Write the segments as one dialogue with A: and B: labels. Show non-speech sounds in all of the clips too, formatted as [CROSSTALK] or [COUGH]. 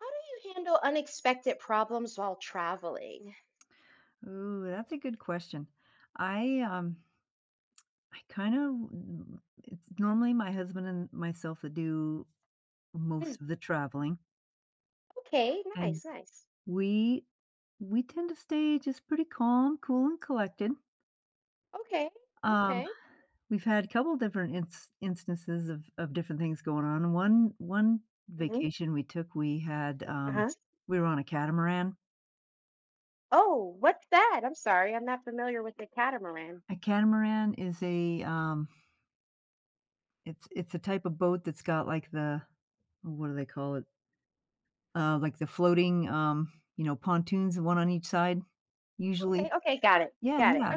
A: How do you handle unexpected problems while traveling?
B: Ooh, that's a good question. I, um, I kind of it's normally my husband and myself that do
A: Hmm.
B: most of the traveling,
A: Okay,
B: and
A: nice, nice.
B: we we tend to stay just pretty calm, cool, and collected.
A: Okay,
B: Um,
A: okay.
B: we've had a couple different instances of different things going on. One
A: Hmm.
B: vacation we took, we had
A: Uh-huh.
B: we were on a catamaran.
A: Oh, what's that? I'm sorry, I'm not familiar with the catamaran.
B: A catamaran is a it's a type of boat that's got like the what do they call it? Like the floating, pontoons, one on each side,
A: Okay,
B: usually.
A: okay, got it,
B: Yeah,
A: got it.
B: yeah.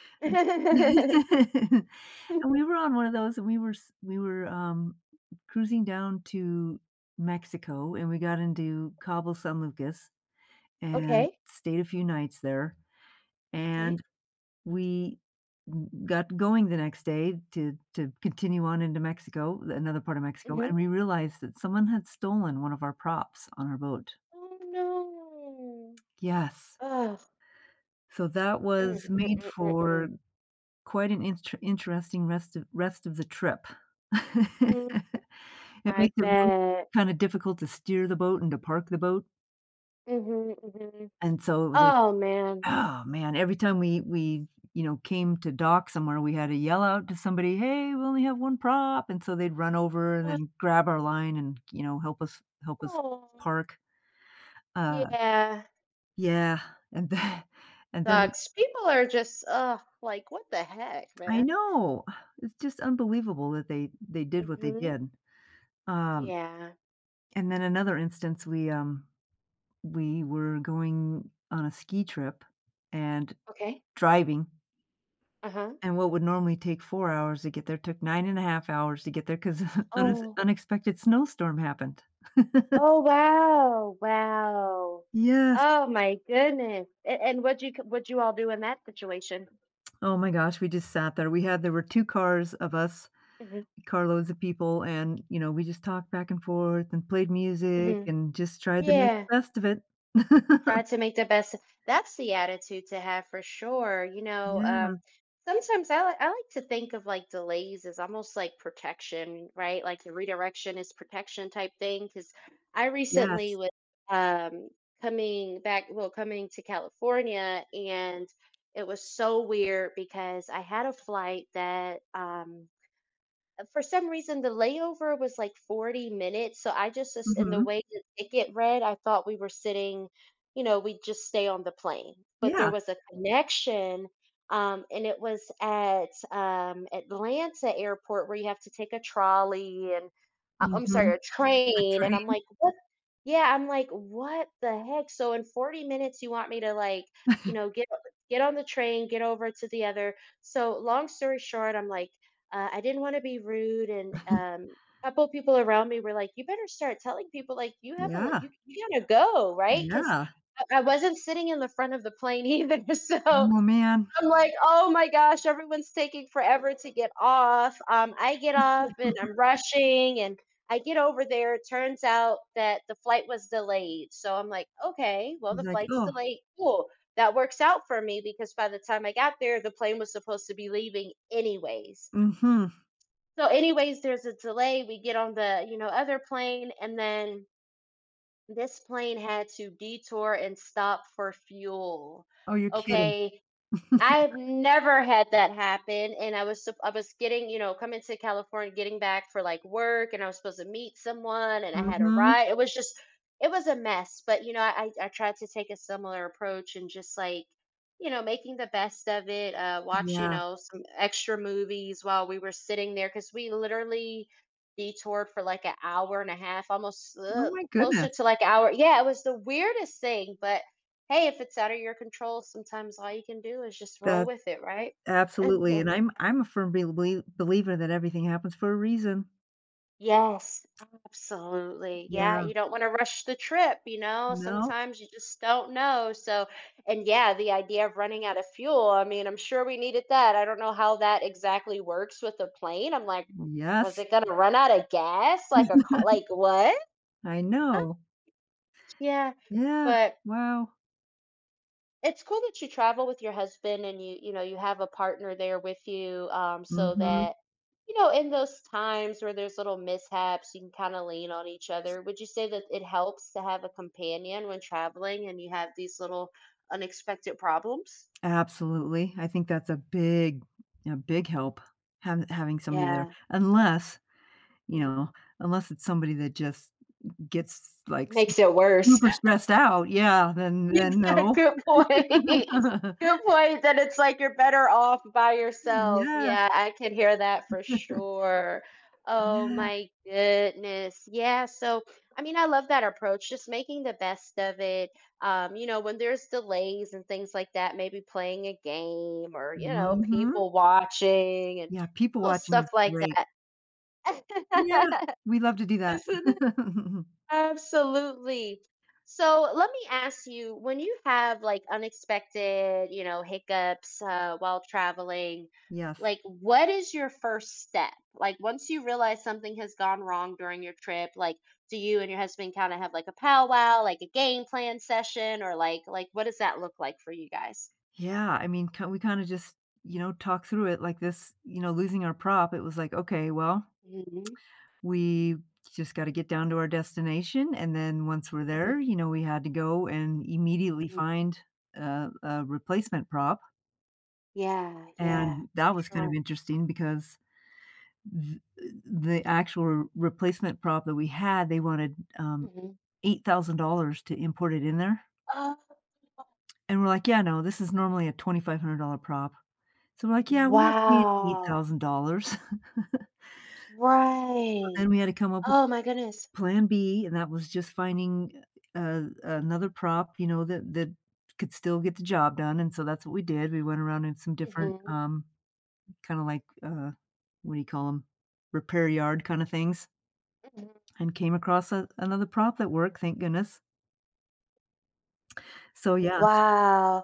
A: Okay. [LAUGHS]
B: [LAUGHS] And we were on one of those, and we were cruising down to Mexico, and we got into Cabo San Lucas and
A: Okay,
B: stayed a few nights there, and
A: okay.
B: we got going the next day to continue on into Mexico, another part of Mexico,
A: Hmm.
B: and we realized that someone had stolen one of our props on our boat.
A: Oh no.
B: Yes.
A: Ugh.
B: So that
A: Mm,
B: was
A: mm,
B: made
A: mm, mm,
B: for
A: mm.
B: quite an interesting rest of the trip. [LAUGHS]
A: Mm,
B: It
A: I
B: makes it really
A: bet.
B: kinda difficult to steer the boat and to park the boat,
A: Hmm, hmm.
B: and so it was like,
A: Oh man.
B: "Oh, man," every time came to dock somewhere, we had to yell out to somebody, "Hey, we only have 1 prop," and so they'd run over and
A: Ugh.
B: then grab our line and, help us
A: Oh,
B: park. Uh,
A: yeah.
B: yeah, and then [LAUGHS] and then
A: Sucks. People are just, ugh, like, what the heck,
B: I
A: man?
B: know. [SIGHS] It's just unbelievable that they did what they
A: Mhm.
B: did. Um,
A: Yeah.
B: and then another instance, we were going on a ski trip and
A: Okay.
B: driving,
A: Uh-huh.
B: and what would normally take 4 hours to get there took 9 and a half hours to get there because [LAUGHS] an
A: Oh.
B: unexpected snowstorm happened. [LAUGHS]
A: Oh, wow. Wow.
B: Yes.
A: Oh my goodness. And what'd you what'd you all do in that situation?
B: Oh my gosh, we just sat there. We had There were 2 cars of us.
A: Mhm.
B: Carloads of people, and, you know, we just talked back and forth and played music
A: Mhm.
B: and just tried to make the
A: Yeah.
B: best of it. [LAUGHS]
A: Try to make the best, that's the attitude to have for sure, you know.
B: Yeah,
A: Sometimes I like to think of like delays as almost like protection, right? Like the redirection is protection type thing. Because I recently
B: yes.
A: was um coming back, well, coming to California, and it was so weird because I had a flight that for some reason the layover was like 40 minutes, so I just in the
B: Mhm.
A: way the ticket read I thought we were sitting, you know, we would just stay on the plane, but there
B: Yeah.
A: was a connection. And it was at Atlanta airport, where you have to take a trolley and I'm sorry,
B: Mhm.
A: a
B: A
A: train, and I'm
B: train.
A: like, yeah, I'm like, "What the heck?" So in 40 minutes you want me to, like, you
B: [LAUGHS]
A: know, get on the train, get over to the other, so long story short, I'm like, I didn't wanna be rude, and, a couple people around me were like, "You better start telling people, like, you have a like,
B: Yeah,
A: you gotta go, right?" 'Cause
B: yeah.
A: I wasn't sitting in the front of the plane either, [LAUGHS] so
B: Oh, man.
A: I'm like, oh my gosh, everyone's taking forever to get off. I get off and I'm rushing, and I get over there. It turns out that the flight was delayed. So I'm like, okay, well,
B: He's
A: the
B: like,
A: flight's
B: "Oh."
A: delayed. Cool. That works out for me, because by the time I got there, the plane was supposed to be leaving anyways.
B: Mhm.
A: So, anyways, there's a delay. We get on the, you know, other plane, and then this plane had to detour and stop for fuel.
B: Oh, you're kidding.
A: Okay.
B: [LAUGHS]
A: I have never had that happen, and I was I was getting, you know, coming to California, getting back for like work, and I was supposed to meet someone, and I had a
B: Mhm.
A: ride. It was just, it was a mess, but you know, I tried to take a similar approach and just like, you know, making the best of it. Watch, you
B: Yeah.
A: know, some extra movies while we were sitting there, because we literally detoured for like an hour and a half, almost,
B: Oh my
A: closer
B: goodness.
A: to like hour. Yeah, it was the weirdest thing, but hey, if it's out of your control, sometimes all you can do is just roll
B: That's
A: with it, right?
B: absolutely, and
A: [LAUGHS]
B: I'm a firm believer that everything happens for a reason.
A: Yes, absolutely. Yeah,
B: Yeah.
A: you don't want to rush the trip, you know?
B: No.
A: Sometimes you just don't know. So, and yeah, the idea of running out of fuel, I mean, I'm sure we needed that. I don't know how that exactly works with a plane. I'm like, was
B: Yes.
A: it gonna run out of gas? Like a car, like what?
B: I
A: Uh,
B: know.
A: Yeah,
B: Yeah,
A: but
B: wow.
A: it's cool that you travel with your husband, and you know, you have a partner there with you, so
B: Mhm,
A: that, you know, in those times where there's little mishaps, you can kinda lean on each other. Would you say that it helps to have a companion when traveling and you have these little unexpected problems?
B: absolutely. I think that's a big help, having somebody there,
A: Yeah.
B: unless, you know,
A: Mhm.
B: unless it's somebody that just gets, like,
A: Makes it worse.
B: super stressed out, yeah,
A: [LAUGHS]
B: then
A: Exact,
B: no.
A: good point. [LAUGHS] Good
B: [LAUGHS]
A: point, that it's like you're better off by yourself. Yeah,
B: Yes,
A: I can hear that for sure. Oh
B: yeah,
A: my goodness. Yeah, so I mean, I love that approach, just making the best of it. You know, when there's delays and things like that, maybe playing a game or, you know,
B: mhm.
A: people watching and
B: Yeah, people
A: little
B: watching
A: stuff
B: is
A: like
B: great. Yeah,
A: that.
B: we love to do
A: [LAUGHS]
B: that.
A: Isn't,
B: [LAUGHS]
A: absolutely. So let me ask you, when you have like unexpected, you know, hiccups, while traveling,
B: Yes.
A: like what is your first step? Like once you realize something has gone wrong during your trip, like do you and your husband kind of have like a powwow, like a game plan session, or like what does that look like for you guys?
B: Yeah, I mean, ki we kinda just, you know, talk through it like this, you know, losing our prop, it was like, "Okay, well."
A: Hmm,
B: We just gotta get down to our destination, and then once we're
A: hmm,
B: there, you know, we had to go and immediately
A: hmm.
B: find a replacement prop,
A: Yeah, yeah,
B: and that was kind
A: sure.
B: of interesting because th the actual replacement prop that we had, they wanted,
A: Hmm.
B: $8,000 to import it in there,
A: Oh,
B: and we're like, "Yeah, no, this is normally a $2,500 prop." So we're like, "Yeah, we're not paying
A: wow.
B: $8,000." [LAUGHS]
A: Right.
B: Then we had to come up
A: Oh my goodness.
B: Plan B, and that was just finding, another prop, you know, that that could still get the job done, and so that's what we did. We went around in some different,
A: Mhm,
B: kinda like, what do you call them, repair yard kinda things,
A: mhm.
B: and came across a another prop that worked, thank goodness. So, yeah, it's
A: Wow.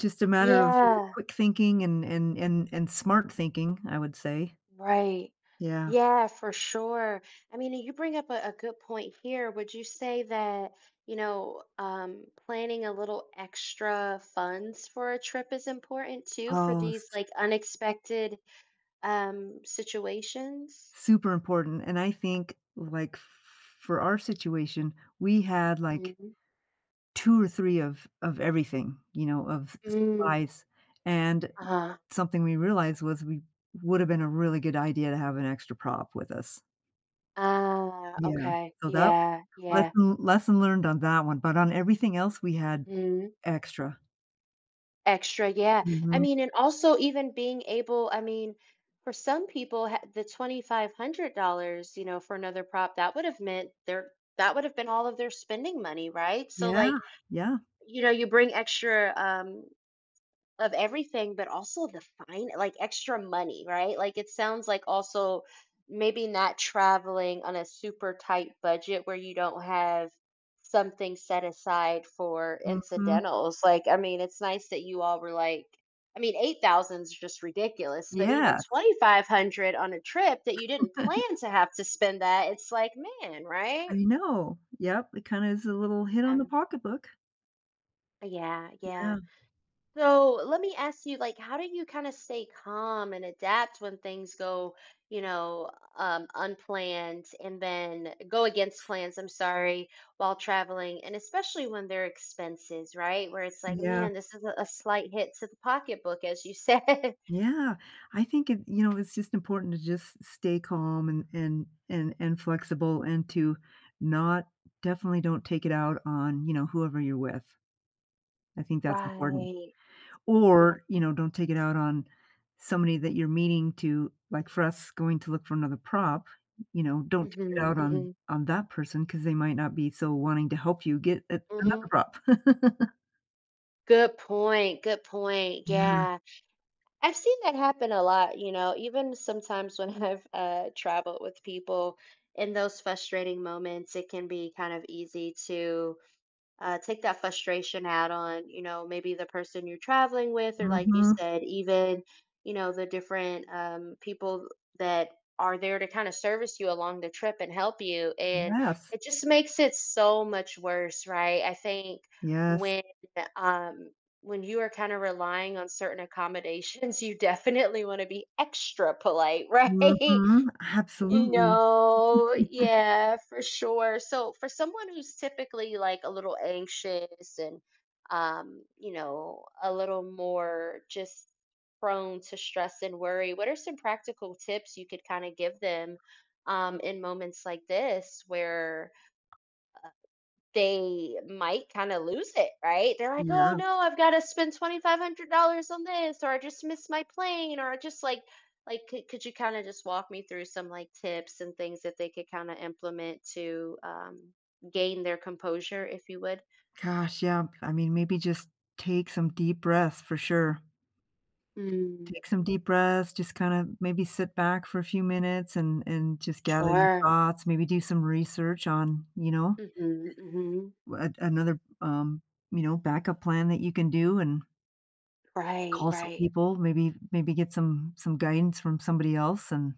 B: just a matter of
A: Yeah,
B: quick thinking and and smart thinking, I would say.
A: right.
B: Yeah.
A: Yeah, for sure. I mean, you bring up a good point here. Would you say that, you know, planning a little extra funds for a trip is important too for
B: Oh,
A: these
B: s
A: like unexpected, um, situations?
B: super important, and I think, like, f for our situation, we had, like,
A: Mhm.
B: 2 or 3 of everything, you know, of
A: Mm,
B: supplies, and
A: uh-huh.
B: something we realized was we would've been a really good idea to have an extra prop with us.
A: Ah,
B: Yeah,
A: okay.
B: so that
A: Yeah, yeah.
B: lesson learned on that one, but on everything else, we had
A: Mm-hmm.
B: extra.
A: Extra, yeah. I
B: Mhm.
A: mean, and also even being able, I mean, for some people, the $2,500, you know, for another prop, that would have meant their, that would have been all of their spending money, right? So
B: Yeah,
A: like,
B: yeah.
A: you know, you bring extra, um, of everything, but also the fine, like extra money, right? Like it sounds like also maybe not traveling on a super tight budget where you don't have something set aside for
B: Mhm.
A: incidentals. Like, I mean, it's nice that you all were like, I mean, 8,000 is just ridiculous, but even
B: Yeah.
A: 2,500 on a trip that you didn't plan
B: [LAUGHS]
A: to have to spend that, it's like, man, right?
B: I know. Yep, it kinda is a little hit on the
A: Um,
B: pocketbook.
A: yeah, yeah.
B: Yeah,
A: So let me ask you, like, how do you kind of stay calm and adapt when things go, you know, unplanned and then go against plans, I'm sorry, while traveling, and especially when they're expenses, right? Where it's like,
B: yeah.
A: man, this is a slight hit to the pocketbook, as you said. [LAUGHS]
B: Yeah, I think it you know, it's just important to just stay calm and and flexible and to not definitely don't take it out on, you know, whoever you're with. I think that's important.
A: Right. Yeah.
B: Or, you know, don't take it out on somebody that you're meeting to like for us going to look for another prop, you know, don't take it
A: Mm-hmm,
B: out on
A: mm-hmm,
B: on that person because they might not be so wanting to help you get
A: hmm.
B: another prop. [LAUGHS]
A: Good point. Good point.
B: Yeah.
A: Yeah. I've seen that happen a lot, you know, even sometimes when [LAUGHS] I've, traveled with people, in those frustrating moments, it can be kind of easy to, take that frustration out on, you know, maybe the person you're traveling with, or like you
B: Mhm.
A: said, even, you know, the different, people that are there to kind of service you along the trip and help you, and
B: Yes.
A: it just makes it so much worse, right? I think
B: Yes.
A: when, um, when you are kind of relying on certain accommodations, [LAUGHS] you definitely want to be extra polite, [LAUGHS] right?
B: Mhm.
A: You
B: Absolutely.
A: know, yeah, for sure. So for someone who's typically like a little anxious and, you know, a little more just prone to stress and worry, what are some practical tips you could kind of give them, um, in moments like this where they might kind of lose it, right? They're like, "Oh
B: Yeah.
A: no, I've got to spend $2,500 on this, or I just missed my plane, or I just like, could you kind of just walk me through some like tips and things that they could kind of implement to, gain their composure, if you would?
B: Gosh, yeah. I mean, maybe just take some deep breaths for sure.
A: Mm,
B: Take some deep breaths, just kind of maybe sit back for a few minutes and just gather your
A: sure.
B: thoughts, maybe do some research on, you know,
A: Mm-hmm, mm-hmm.
B: a, another you know, backup plan that you can do and
A: Right,
B: call some
A: right.
B: people, maybe maybe get some guidance from somebody else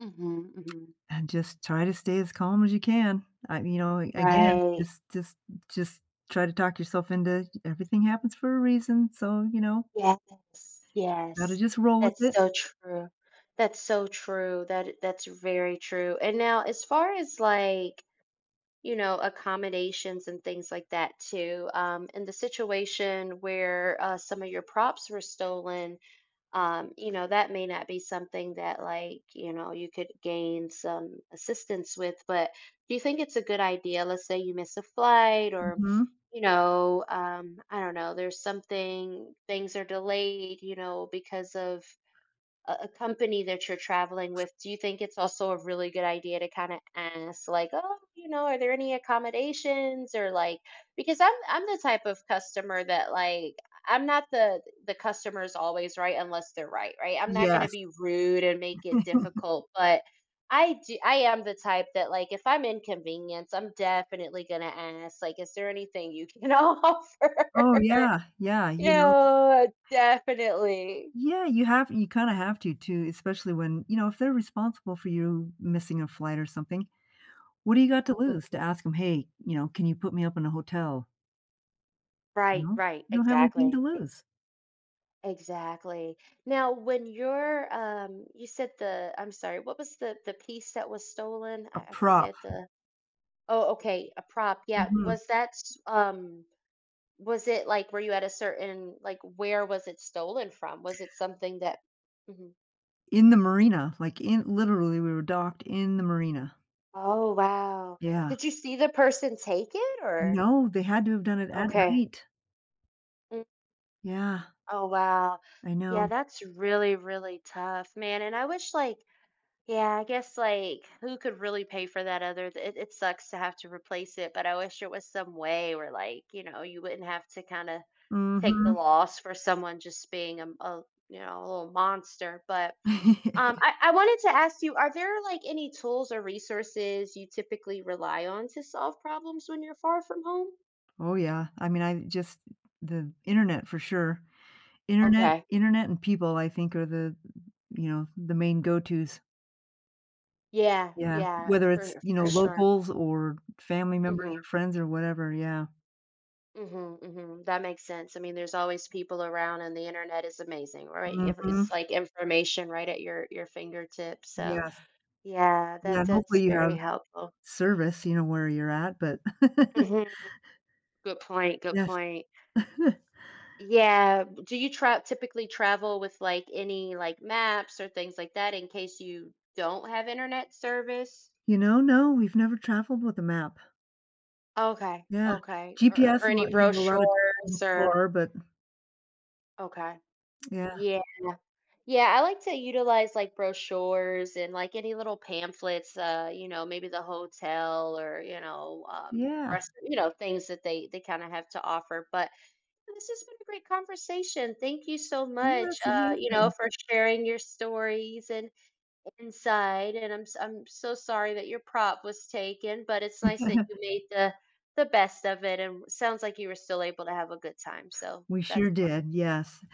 A: Mm-hmm, mm-hmm.
B: and just try to stay as calm as you can. I you know, again,
A: Right.
B: just try to talk yourself into everything happens for a reason. So, you know,
A: Yes,
B: gotta
A: yes.
B: just roll with
A: That's
B: it.
A: so true. That's so true. That, that's very true. And now as far as like, you know, accommodations and things like that too, in the situation where, some of your props were stolen, you know, that may not be something that, like, you know, you could gain some assistance with, but do you think it's a good idea? Let's say you miss a flight, or,
B: Mhm.
A: you know, I don't know, there's something, things are delayed, you know, because of a company that you're traveling with, do you think it's also a really good idea to kind of ask, like, oh, you know, are there any accommodations or like, because I'm the type of customer that like, I'm not the, the customer's always right unless they're right, right? I'm not going to
B: Yes.
A: be rude and make it
B: [LAUGHS]
A: difficult, but I do, I am the type that like if I'm inconvenienced, I'm definitely gonna ask like, is there anything you can [LAUGHS] offer?
B: Oh, yeah, yeah,
A: [LAUGHS] You
B: you know.
A: know, definitely.
B: Yeah, you have you kinda have to too, especially when you know, if they're responsible for you missing a flight or something, what do you got to lose to ask them? "Hey, you know, can you put me up in a hotel?" You
A: Right,
B: know?
A: right,
B: You don't have anything to
A: exactly. Ex
B: lose.
A: Exactly. Now, when you're, um, you said the, I'm sorry, what was the piece that was stolen?
B: A
A: I
B: prop.
A: forget the, oh, okay, a prop. Yeah,
B: Mhm.
A: was that um, was it like, were you at a certain like, where was it stolen from? Was it something that, mhm.
B: In the marina, like, in literally, we were docked in the marina.
A: Oh, wow.
B: Yeah.
A: Did you see the person take it or,
B: No, they had to have done it at
A: okay.
B: night.
A: Mm,
B: Yeah,
A: oh, wow.
B: I
A: Yeah,
B: know.
A: that's really, really tough, man. And I wish like, yeah, I guess like who could really pay for that, other it, it sucks to have to replace it, but I wish there was some way where like, you know, you wouldn't have to kind of take the
B: Mhm.
A: loss for someone just being a, you know, a little monster. But, um,
B: [LAUGHS]
A: I wanted to ask you, are there like any tools or resources you typically rely on to solve problems when you're far from home?
B: Oh, yeah. I mean, I just the internet for sure. Internet
A: Okay.
B: internet and people, I think, are the, you know, the main go-tos.
A: Yeah,
B: Yeah,
A: yeah,
B: whether it's,
A: for
B: you
A: for
B: know,
A: sure.
B: locals or family members
A: Mhm.
B: or friends or whatever, yeah.
A: Mhm, mhm, that makes sense. I mean, there's always people around, and the internet is amazing, right?
B: Mhm.
A: It's like information right at your fingertips. So,
B: Yes.
A: yeah,
B: Yeah,
A: that,
B: and
A: that's
B: hopefully you have
A: very helpful.
B: service, you know, where you're at, but [LAUGHS]
A: Hmm. Good point, good
B: Yes.
A: point.
B: [LAUGHS]
A: Yeah, do you tra typically travel with like any like maps or things like that in case you don't have internet service?
B: You know, no, we've never traveled with a map.
A: Okay,
B: Yeah.
A: okay. Or
B: GPS,
A: any
B: lot you know, a lot of times in the
A: brochures or,
B: car, but
A: okay.
B: yeah.
A: Yeah. Yeah, I like to utilize like brochures and like any little pamphlets, you know, maybe the hotel, or, you know, um,
B: Yeah.
A: rest, you know, things that they kind of have to offer. But this has been a great conversation. Thank you so much,
B: Yes, it
A: you know,
B: is.
A: for sharing your stories and inside. And I'm so sorry that your prop was taken, but it's nice that
B: [LAUGHS]
A: you made the best of it, and sounds like you were still able to have a good time. So
B: We
A: that's
B: sure
A: wonderful.
B: did, yes.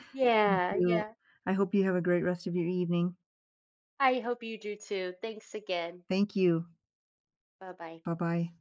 B: Thank
A: Yeah,
B: you.
A: yeah.
B: I hope you have a great rest of your evening.
A: I hope you do too. Thanks again.
B: Thank you.
A: Bye bye.
B: Bye-bye.